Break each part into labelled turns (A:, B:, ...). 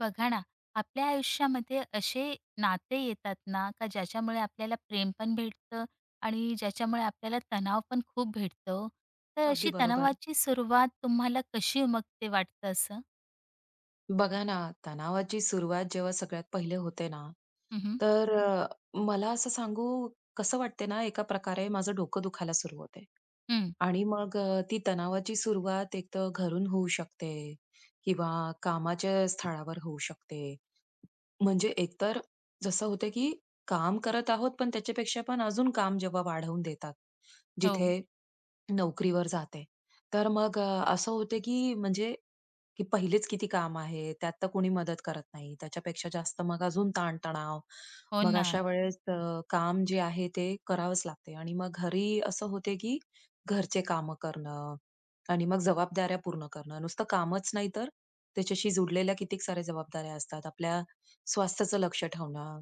A: बघा ना, आपल्या आयुष्यामध्ये असे नाते येतात ना, का ज्याच्यामुळे आपल्याला प्रेम पण भेटतं आणि ज्याच्यामुळे आपल्याला तणाव पण खूप भेटतो. तर अशी
B: अगदी बरोबर.
A: तणावाची सुरुवात तुम्हाला कशी उमगते, वाटतं असं?
B: बघा ना, तणावाची सुरुवात जेव्हा सगळ्यात पहिले होते ना,
A: उम्हम.
B: तर अ, मला असं सांगू कसं वाटते ना, एका प्रकारे माझं डोकं दुखायला सुरू होते
A: हं.
B: आणि ती तणावाची सुरुवात एक तर घरून होऊ शकते किंवा कामाच्या स्थळावर होऊ शकते. म्हणजे एकतर जसं होतं, की काम करत आहोत, पण त्याच्यापेक्षा पण अजून काम जेव्हा वाढवून देतात,
A: हो.
B: जिथे नोकरीवर जाते. असं होतं की म्हणजे की पहिलेच किती काम आहे, त्यात तर कोणी मदत करत नाही. त्याच्यापेक्षा जास्त मग अजून ताणतणाव.
A: हो
B: मग
A: ना.
B: अशा वेळेस अ, काम जे आहे ते करावंच लागते आणि मग घरी असं होते की घरचे कामं करणं आणि मग जबाबदाऱ्या पूर्ण करणं. नुसतं कामच नाही तर त्याच्याशी जुडलेल्या कितीक साऱ्या जबाबदाऱ्या असतात. आपल्या स्वास्थ्याचं लक्ष ठेवणं,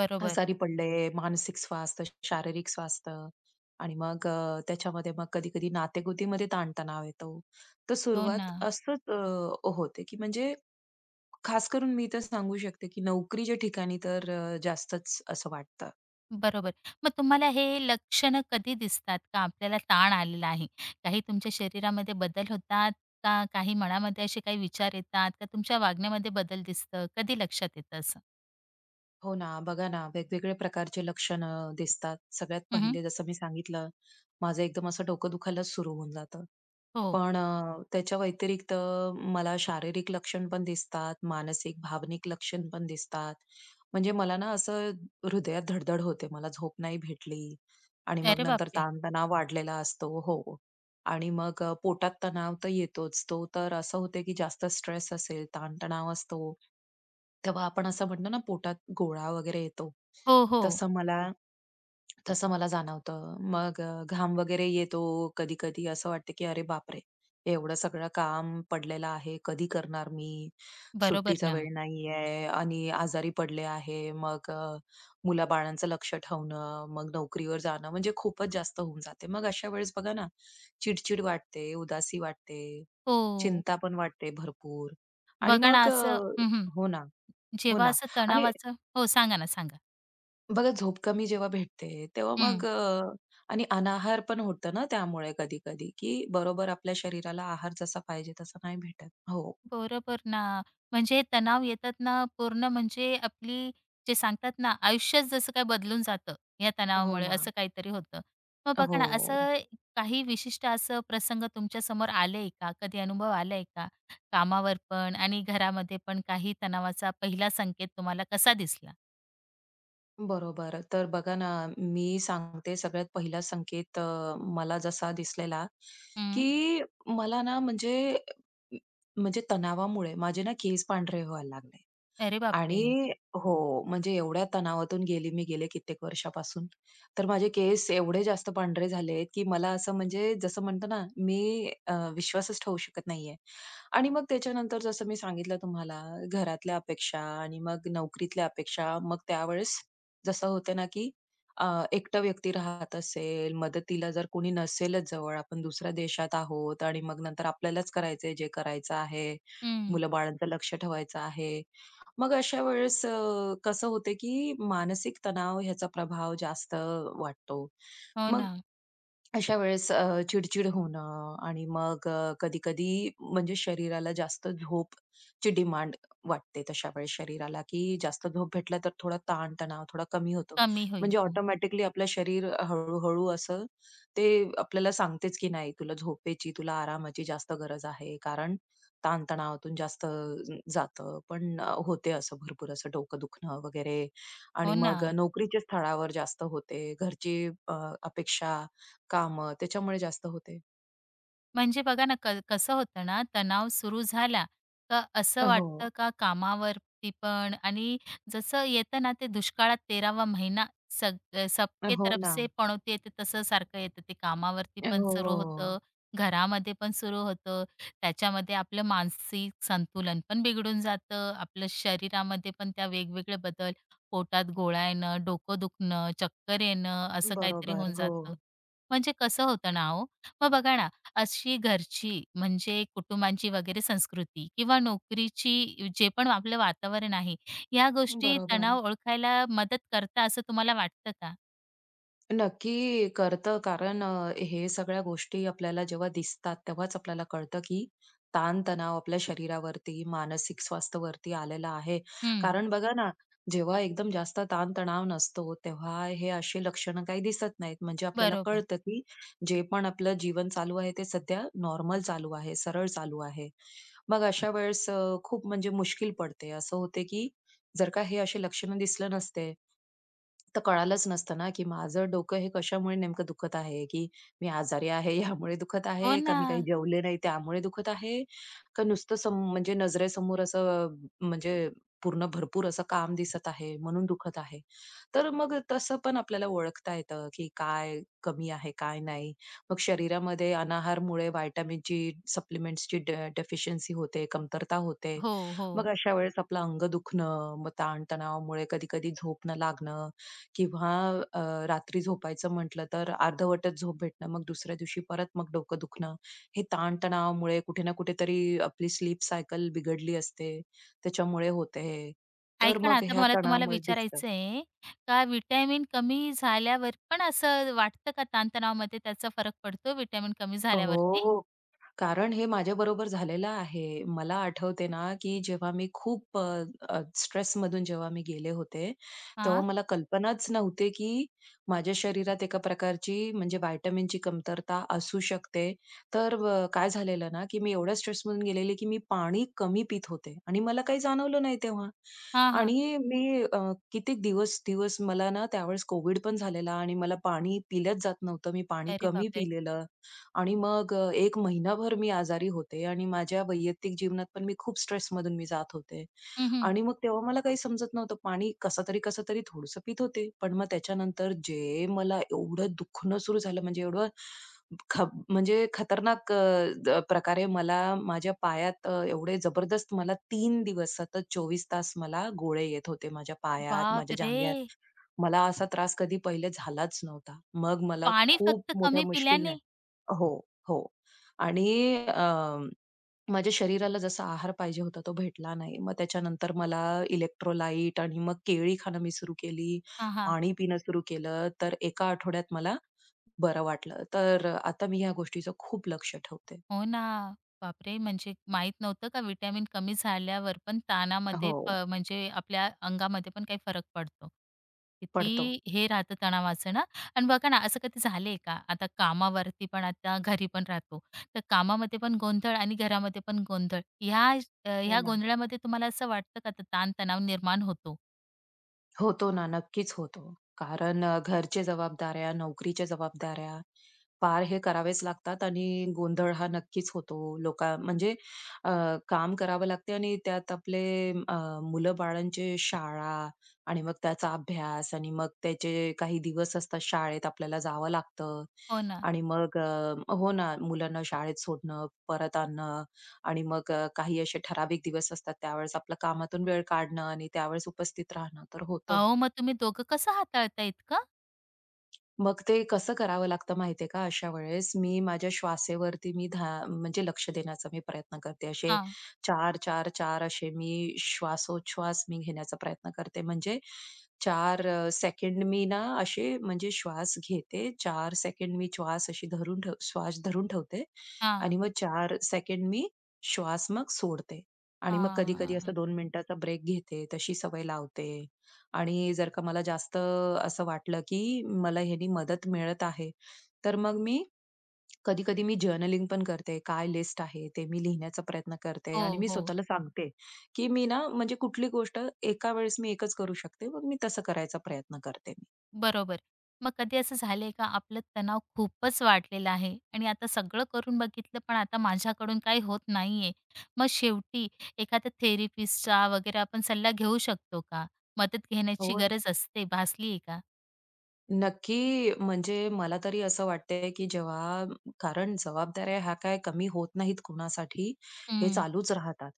A: बरोबर.
B: आजारी पडले, मानसिक स्वास्थ्य, शारीरिक स्वास्थ्य आणि त्याच्यामध्ये मग कधी-कधी नातेगोतीमध्ये ताणतणाव येतो. तर
A: हो ना.
B: सुरुवात असंच अ, होते, की म्हणजे खास करून मी तर सांगू शकते, की नोकरीच्या ठिकाणी तर, जास्तच असं वाटतं.
A: बरोबर. मग तुम्हाला हे लक्षणं कधी दिसतात का, आपल्याला ताण आलेला आहे? काही तुमच्या शरीरामध्ये बदल होतात का, काही मनामध्ये असे काही विचार येतात का, तुमच्या वागण्यामध्ये बदल दिसतं, कधी लक्षात येतं
B: हो ना, बघा ना, वेगवेगळ्या प्रकारचे लक्षणं दिसतात. सगळ्यात
A: असं?
B: पहिले जसं मी सांगितलं, माझं एकदम असं डोकं दुखायलाच सुरू होऊन जातं.
A: हो.
B: पण त्याच्या व्यतिरिक्त मला शारीरिक लक्षण पण दिसतात, मानसिक, भावनिक लक्षण पण दिसतात. म्हणजे मला ना असं हृदयात धडधड होते, मला झोप नाही भेटली आणि मग
A: अरे
B: नंतर
A: बापरे!
B: ताणतणाव वाढलेला असतो. हो. आणि मग पोटात तणाव तर येतोच. तो तर असं होते की जास्त स्ट्रेस असेल, ताणतणाव असतो, तेव्हा आपण असं म्हणतो ना पोटात गोळा वगैरे येतो.
A: हो, हो.
B: तसं मला तसं मला जाणवतं. मग घाम वगैरे येतो. कधी-कधी असं वाटतं की "अरे बापरे! एवढं सगळं काम पडलेलं आहे. कधी करणार मी?
A: बरोबर
B: सुट्टीचा
A: ना.
B: वेळ नाहीये आणि आजारी पडले आहे." मुलाबाळांचं लक्ष ठेवणं, मग नोकरीवर जाणं म्हणजे खूपच जास्त होऊन जाते. मग अशा वेळेस बघा ना, चिड वाटते, उदासी वाटते,
A: हो.
B: चिंता पण वाटते भरपूर. आणि
A: बघा ना, असं हं,
B: हो ना, हो
A: जेव्हा
B: ना.
A: असं
B: आणि
A: तणावाचं. हो, सांगा ना, सांगा.
B: बघा झोप कमी जेव्हा भेटते तेव्हा
A: हं.
B: मग अ, आणि अनाहार पण होतं ना त्यामुळे कधी-कधी, की बरोबर आपल्या शरीराला आहार जसा पाहिजे तसा नाही भेटत. हो,
A: बरोबर ना. म्हणजे हे तणाव येतात ना, पूर्ण म्हणजे आपली, जे सांगतात ना, आयुष्यच जसं काय बदलून जातं या
B: हो
A: तणावामुळे,
B: ना.
A: असं काहीतरी होतं. मग बघा
B: हो.
A: ना, असं काही विशिष्ट असं प्रसंग तुमच्यासमोर आले का? कधी अनुभव आलाय का? कामावर पण आणि घरामध्ये पण काही तणावाचा पहिला संकेत तुम्हाला कसा दिसला?
B: बरोबर. तर बघा ना, मी सांगते सगळ्यात पहिला संकेत, मला जसा दिसलेला,
A: हं.
B: की मला ना म्हणजे म्हणजे तणावामुळे माझे ना केस पांढरे व्हायला लागले.
A: अरे बापरे!
B: आणि हो, म्हणजे एवढ्या तणावातून गेली मी गेले कित्येक वर्षापासून. तर माझे केस एवढे जास्त पांढरे झालेत, की मला असं म्हणजे जसं म्हणतो ना, मी विश्वासच ठेवू शकत नाहीये. आणि मग त्याच्यानंतर जसं मी सांगितलं तुम्हाला, घरातल्या अपेक्षा आणि मग नोकरीतल्या अपेक्षा. मग त्यावेळेस जसं होतं ना, की अ, एकटं व्यक्ती राहत असेल, मदतीला जर कोणी नसेलच जवळ, आपण दुसऱ्या देशात आहोत आणि मग नंतर आपल्यालाच करायचंय जे करायचं आहे,
A: हं.
B: मुलं-बाळांचं लक्ष ठेवायचं आहे. मग अशा वेळेस, कसं होते, की मानसिक तणाव ह्याचा प्रभाव जास्त वाटतो.
A: हो
B: मग
A: ना.
B: अशा वेळेस अ, चिड होणं आणि मग कधी-कधी म्हणजे शरीराला जास्त झोप ची डिमांड वाटते तशा वेळेस शरीराला, की जास्त झोप भेटला तर थोडा ताण-तणाव थोडा कमी होतो.
A: कमी होईल.
B: म्हणजे
A: हो.
B: ऑटोमॅटिकली आपलं शरीर हळू-हळू असं ते आपल्याला सांगतेच की नाही तुला झोपेची, तुला आरामाची जास्त गरज आहे. कारण ताण जास्त जातं. पण होते असं भरपूर असं डोकं दुखणं वगैरे आणि
A: हो ना.
B: मग नोकरीच्या स्थळावर जास्त होते. घरची अ, अपेक्षा कामं त्याच्यामुळे जास्त होते.
A: म्हणजे बघा ना, कसं होतं ना, तणाव सुरू झाला का असं
B: हो.
A: वाटतं का, कामावरती पण आणि जसं येतं ना, ते दुष्काळात 13वा महिना, सबके
B: हो
A: तरफ
B: ना.
A: से पनौती येते तसं सारखं येतं. ते कामावरती पण सुरू होतं,
B: हो.
A: घरामध्ये पण सुरू होतं. त्याच्यामध्ये आपलं मानसिक संतुलन पण बिघडून जातं. आपलं शरीरामध्ये पण त्या वेगवेगळे बदल, पोटात गोळा येणं, डोकं दुखणं, चक्कर येणं असं काहीतरी
B: बरोबर.
A: होऊन
B: हो.
A: जातं. म्हणजे कसं होतं ना हो. मग बघा ना, अशी घरची म्हणजे कुटुंबांची वगैरे संस्कृती किंवा नोकरीची जे पण आपलं वातावरण आहे, या गोष्टी
B: बरोबर.
A: तणाव ओळखायला मदत करता, असं तुम्हाला वाटतं का?
B: नक्की करतं. कारण हे सगळ्या गोष्टी आपल्याला जेव्हा दिसतात, तेव्हाच आपल्याला कळतं, की ताण-तणाव आपल्या शरीरावरती, मानसिक स्वास्थ्यावरती आलेला आहे.
A: हं,
B: कारण बघा ना, जेव्हा एकदम जास्त ताण-तणाव नसतो, तेव्हा हे अशी लक्षणं काही दिसत नाहीत. म्हणजे आपल्याला
A: बरोबर.
B: कळतं, की जे पण आपलं जीवन चालू आहे, ते सध्या नॉर्मल चालू आहे, सरळ चालू आहे. मग अशा वेळेस, खूप म्हणजे मुश्किल पडते. असं होते, की जर का हे असे लक्षणं दिसले नसते, तर कळालंच नसतं ना, की माझं डोकं हे कशामुळे नेमकं दुखत आहे, की मी आजारी आहे यामुळे दुखत आहे,
A: हो
B: का
A: ना.
B: मी काही जेवले नाही त्यामुळे दुखत आहे, का नुसतं सम म्हणजे नजरेसमोर असं म्हणजे पूर्ण भरपूर असं काम दिसत आहे म्हणून दुखत आहे. तर मग तसं पण आपल्याला ओळखता येतं, की काय कमी आहे, काय नाही. मग शरीरामध्ये अनाहारमुळे व्हिटॅमिनची, सप्लिमेंट्सची डेफिशियन्सी होते, कमतरता होते.
A: हो,
B: मग
A: हो.
B: अशा वेळेस आपलं अंग दुखणं, मग ताणतणावामुळे कधी-कधी झोप न लागणं किंवा अ, रात्री झोपायचं म्हटलं तर अर्धवटच झोप भेटणं, मग दुसऱ्या दिवशी परत मग डोकं दुखणं. हे ताणतणावामुळे कुठे ना कुठेतरी आपली स्लीप सायकल बिघडली असते, त्याच्यामुळे होते हे. तर
A: ऐका ना,
B: मग
A: आता
B: ह्या
A: मला तुम्हाला
B: तणावामुळे दिसतं.
A: विचारायचं आहे का, व्हिटॅमिन कमी झाल्यावर पण असं वाटतं का, ताणतणावामध्ये त्याचा फरक पडतो व्हिटॅमिन कमी
B: हो,
A: झाल्यावरती?
B: हो. कारण हे माझ्याबरोबर झालेलं आहे. मला आठवते ना, की जेव्हा मी खूप स्ट्रेसमधून जेव्हा मी गेले होते, तेव्हा
A: हां,
B: मला कल्पनाच नव्हते, की माझ्या शरीरात एका प्रकारची म्हणजे व्हिटॅमिनची कमतरता असू शकते. तर काय झालेलं ना, की मी एवढ्या स्ट्रेसमधून गेलेले, की मी पाणी कमी पीत होते आणि मला काही जाणवलं नाही तेव्हा.
A: हां, हां.
B: आणि मी कित्येक दिवस दिवस मला ना त्यावेळेस कोव्हिड पण झालेला आणि मला पाणी पिलंच जात नव्हतं. मी पाणी
A: अरे
B: कमी
A: बापरे!
B: पिलेलं. आणि मग 1 महिनाभर मी आजारी होते आणि माझ्या वैयक्तिक जीवनात पण मी खूप स्ट्रेसमधून जात होते.
A: हं, हं.
B: आणि मग तेव्हा मला काही समजत नव्हतं. पाणी कसंतरी, कसंतरी थोडंसं पीत होते. पण मग त्याच्यानंतर जे मला एवढं दुखणं सुरू झालं म्हणजे एवढं ख म्हणजे खतरनाक अ, द प्रकारे मला माझ्या पायात एवढे जबरदस्त मला 3 दिवस सतत 24 तास मला गोळे येत होते माझ्या पायात, माझ्या
A: बापरे!
B: जांघ्यात. मला असा त्रास कधी पहिले झालाच नव्हता. मग मला
A: पाणी
B: खूप
A: फक्त
B: मोठ्या
A: कमी
B: मुश्किलने
A: पिल्याने?
B: हो, हो. आणि अ, माझ्या शरीराला जसा आहार पाहिजे होता तो भेटला नाही. मग त्याच्यानंतर मला इलेक्ट्रोलाइट आणि मग केळी खाणं मी सुरू केली.
A: हां, हां.
B: पाणी पिणं सुरू केलं. तर एका आठवड्यात मला बरं वाटलं. तर आता मी ह्या गोष्टीचं खूप लक्ष ठेवते.
A: हो ना. बापरे! म्हणजे माहीत नव्हतं, का व्हिटॅमिन कमी झाल्यावर पण ताणामध्ये
B: हो,
A: म्हणजे आपल्या अंगामध्ये पण काही फरक पडतो.
B: पडतो.
A: किती हे राहतं तणावाचं ना. आणि बघा ना, असं कधी झालंय का? आता कामावरती पण आता घरी पण राहतो. तर कामामध्ये पण गोंधळ आणि घरामध्ये पण गोंधळ, ह्या
B: हो
A: ह्या
B: ना.
A: गोंधळामध्ये तुम्हाला असं वाटतं का, तर ताण निर्माण होतो?
B: होतो ना, नक्कीच होतो. कारण घरचे जबाबदाऱ्या, नोकरीच्या जबाबदाऱ्या, पार हे करावेच लागतात आणि गोंधळ हा नक्कीच होतो. लोका म्हणजे अ, काम करावं लागते आणि त्यात आपले अ, मुलं-बाळांचे शाळा आणि मग त्याचा अभ्यास आणि मग त्याचे काही दिवस असतात शाळेत आपल्याला जावं लागतं
A: हो ना.
B: आणि मग हो ना, मुलांना शाळेत सोडणं, परत आणणं आणि मग काही असे ठराविक दिवस असतात त्यावेळेस आपलं कामातून वेळ काढणं आणि त्यावेळेस उपस्थित राहणं तर होतं.
A: अहो, मग तुम्ही दोघं कसं हाताळता इतकं?
B: मग ते कसं करावं लागतं माहितीये का अशा वेळेस? मी माझ्या श्वासेवरती मी धा म्हणजे लक्ष देण्याचा मी प्रयत्न करते. असे
A: हां,
B: 4-4-4 असे मी श्वासोच्छ्वास मी घेण्याचा प्रयत्न करते. म्हणजे 4 सेकंड मी ना असे म्हणजे श्वास घेते. 4 सेकंड मी श्वास धरून ठेवते
A: हां,
B: आणि मग 4 सेकंड मी श्वास मग सोडते आणि मग कधी-कधी
A: हां.
B: असं 2 मिनिटाचा ब्रेक घेते. तशी सवय लावते. आणि जर का मला जास्त असं वाटलं, की मला ह्यानी मदत मिळत आहे, तर मग मी कधी-कधी मी जर्नलिंग पण करते. काय लिस्ट आहे, ते मी लिहिण्याचा प्रयत्न करते आणि
A: हो,
B: मी
A: हो.
B: स्वतःला सांगते, की मी ना म्हणजे कुठली गोष्ट एका वेळेस मी एकच करू शकते. मग मी तसं करायचा प्रयत्न करते मी.
A: बरोबर. मग कधी असं झालंय का, आपलं तणाव खूपच वाढलेला आहे आणि आता सगळं करून बघितलं पण आता माझ्याकडून काही होत नाहीये? मग शेवटी एखाद्या थेरपिस्टचा वगैरे आपण सल्ला घेऊ शकतो का? मदत घेण्याची
B: हो.
A: गरज असते, भासलीये का?
B: नक्की, म्हणजे मला तरी असं वाटतंय, की जेव्हा कारण जबाबदाऱ्या ह्या काय कमी होत नाहीत कुणासाठी, हे
A: हं.
B: चालूच राहतात.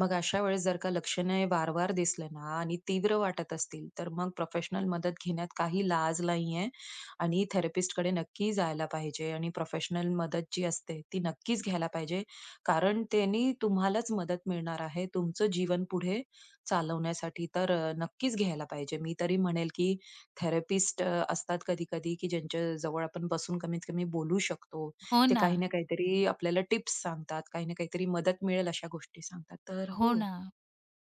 B: मग अशा वेळेस जर का लक्षणे वारंवार दिसले ना आणि तीव्र वाटत असतील, तर मग प्रोफेशनल मदत घेण्यात काही लाज नाहीये आणि थेरपिस्टकडे नक्की जायला पाहिजे आणि प्रोफेशनल मदत जी असते, ती नक्कीच घ्यायला पाहिजे. कारण त्यानी तुम्हालाच मदत मिळणार आहे, तुमचं जीवन पुढे चालवण्यासाठी. नक्कीच घ्यायला पाहिजे. मी तरी म्हणेल, की थेरपिस्ट असतात कधी-कधी, की ज्यांच्याजवळ आपण बसून कमीत कमी बोलू शकतो.
A: हो
B: ते
A: ना.
B: काही ना काहीतरी आपल्याला टिप्स सांगतात, काही ना काहीतरी मदत मिळेल अशा गोष्टी सांगतात. तर
A: हो
B: हो.
A: ना.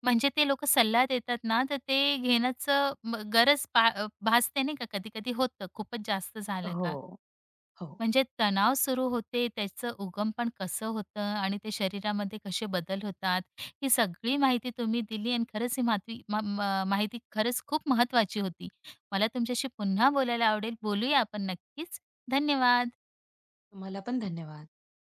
A: म्हणजे ते लोकं सल्ला देतात ना, तर ते घेण्याचं गरज भासते नाही का, कधी-कधी होतं खूपच जास्त झालं
B: हो,
A: का.
B: हो.
A: म्हणजे तणाव सुरू होते, त्याचं उगम पण कसं होतं आणि ते शरीरामध्ये कसे बदल होतात, ही सगळी माहिती तुम्ही दिली आणि खरंच ही मातवी मा मा माहिती खरंच खूप महत्वाची होती. मला तुमच्याशी पुन्हा बोलायला आवडेल. बोलूया आपण नक्कीच. धन्यवाद.
B: तुम्हाला पण धन्यवाद.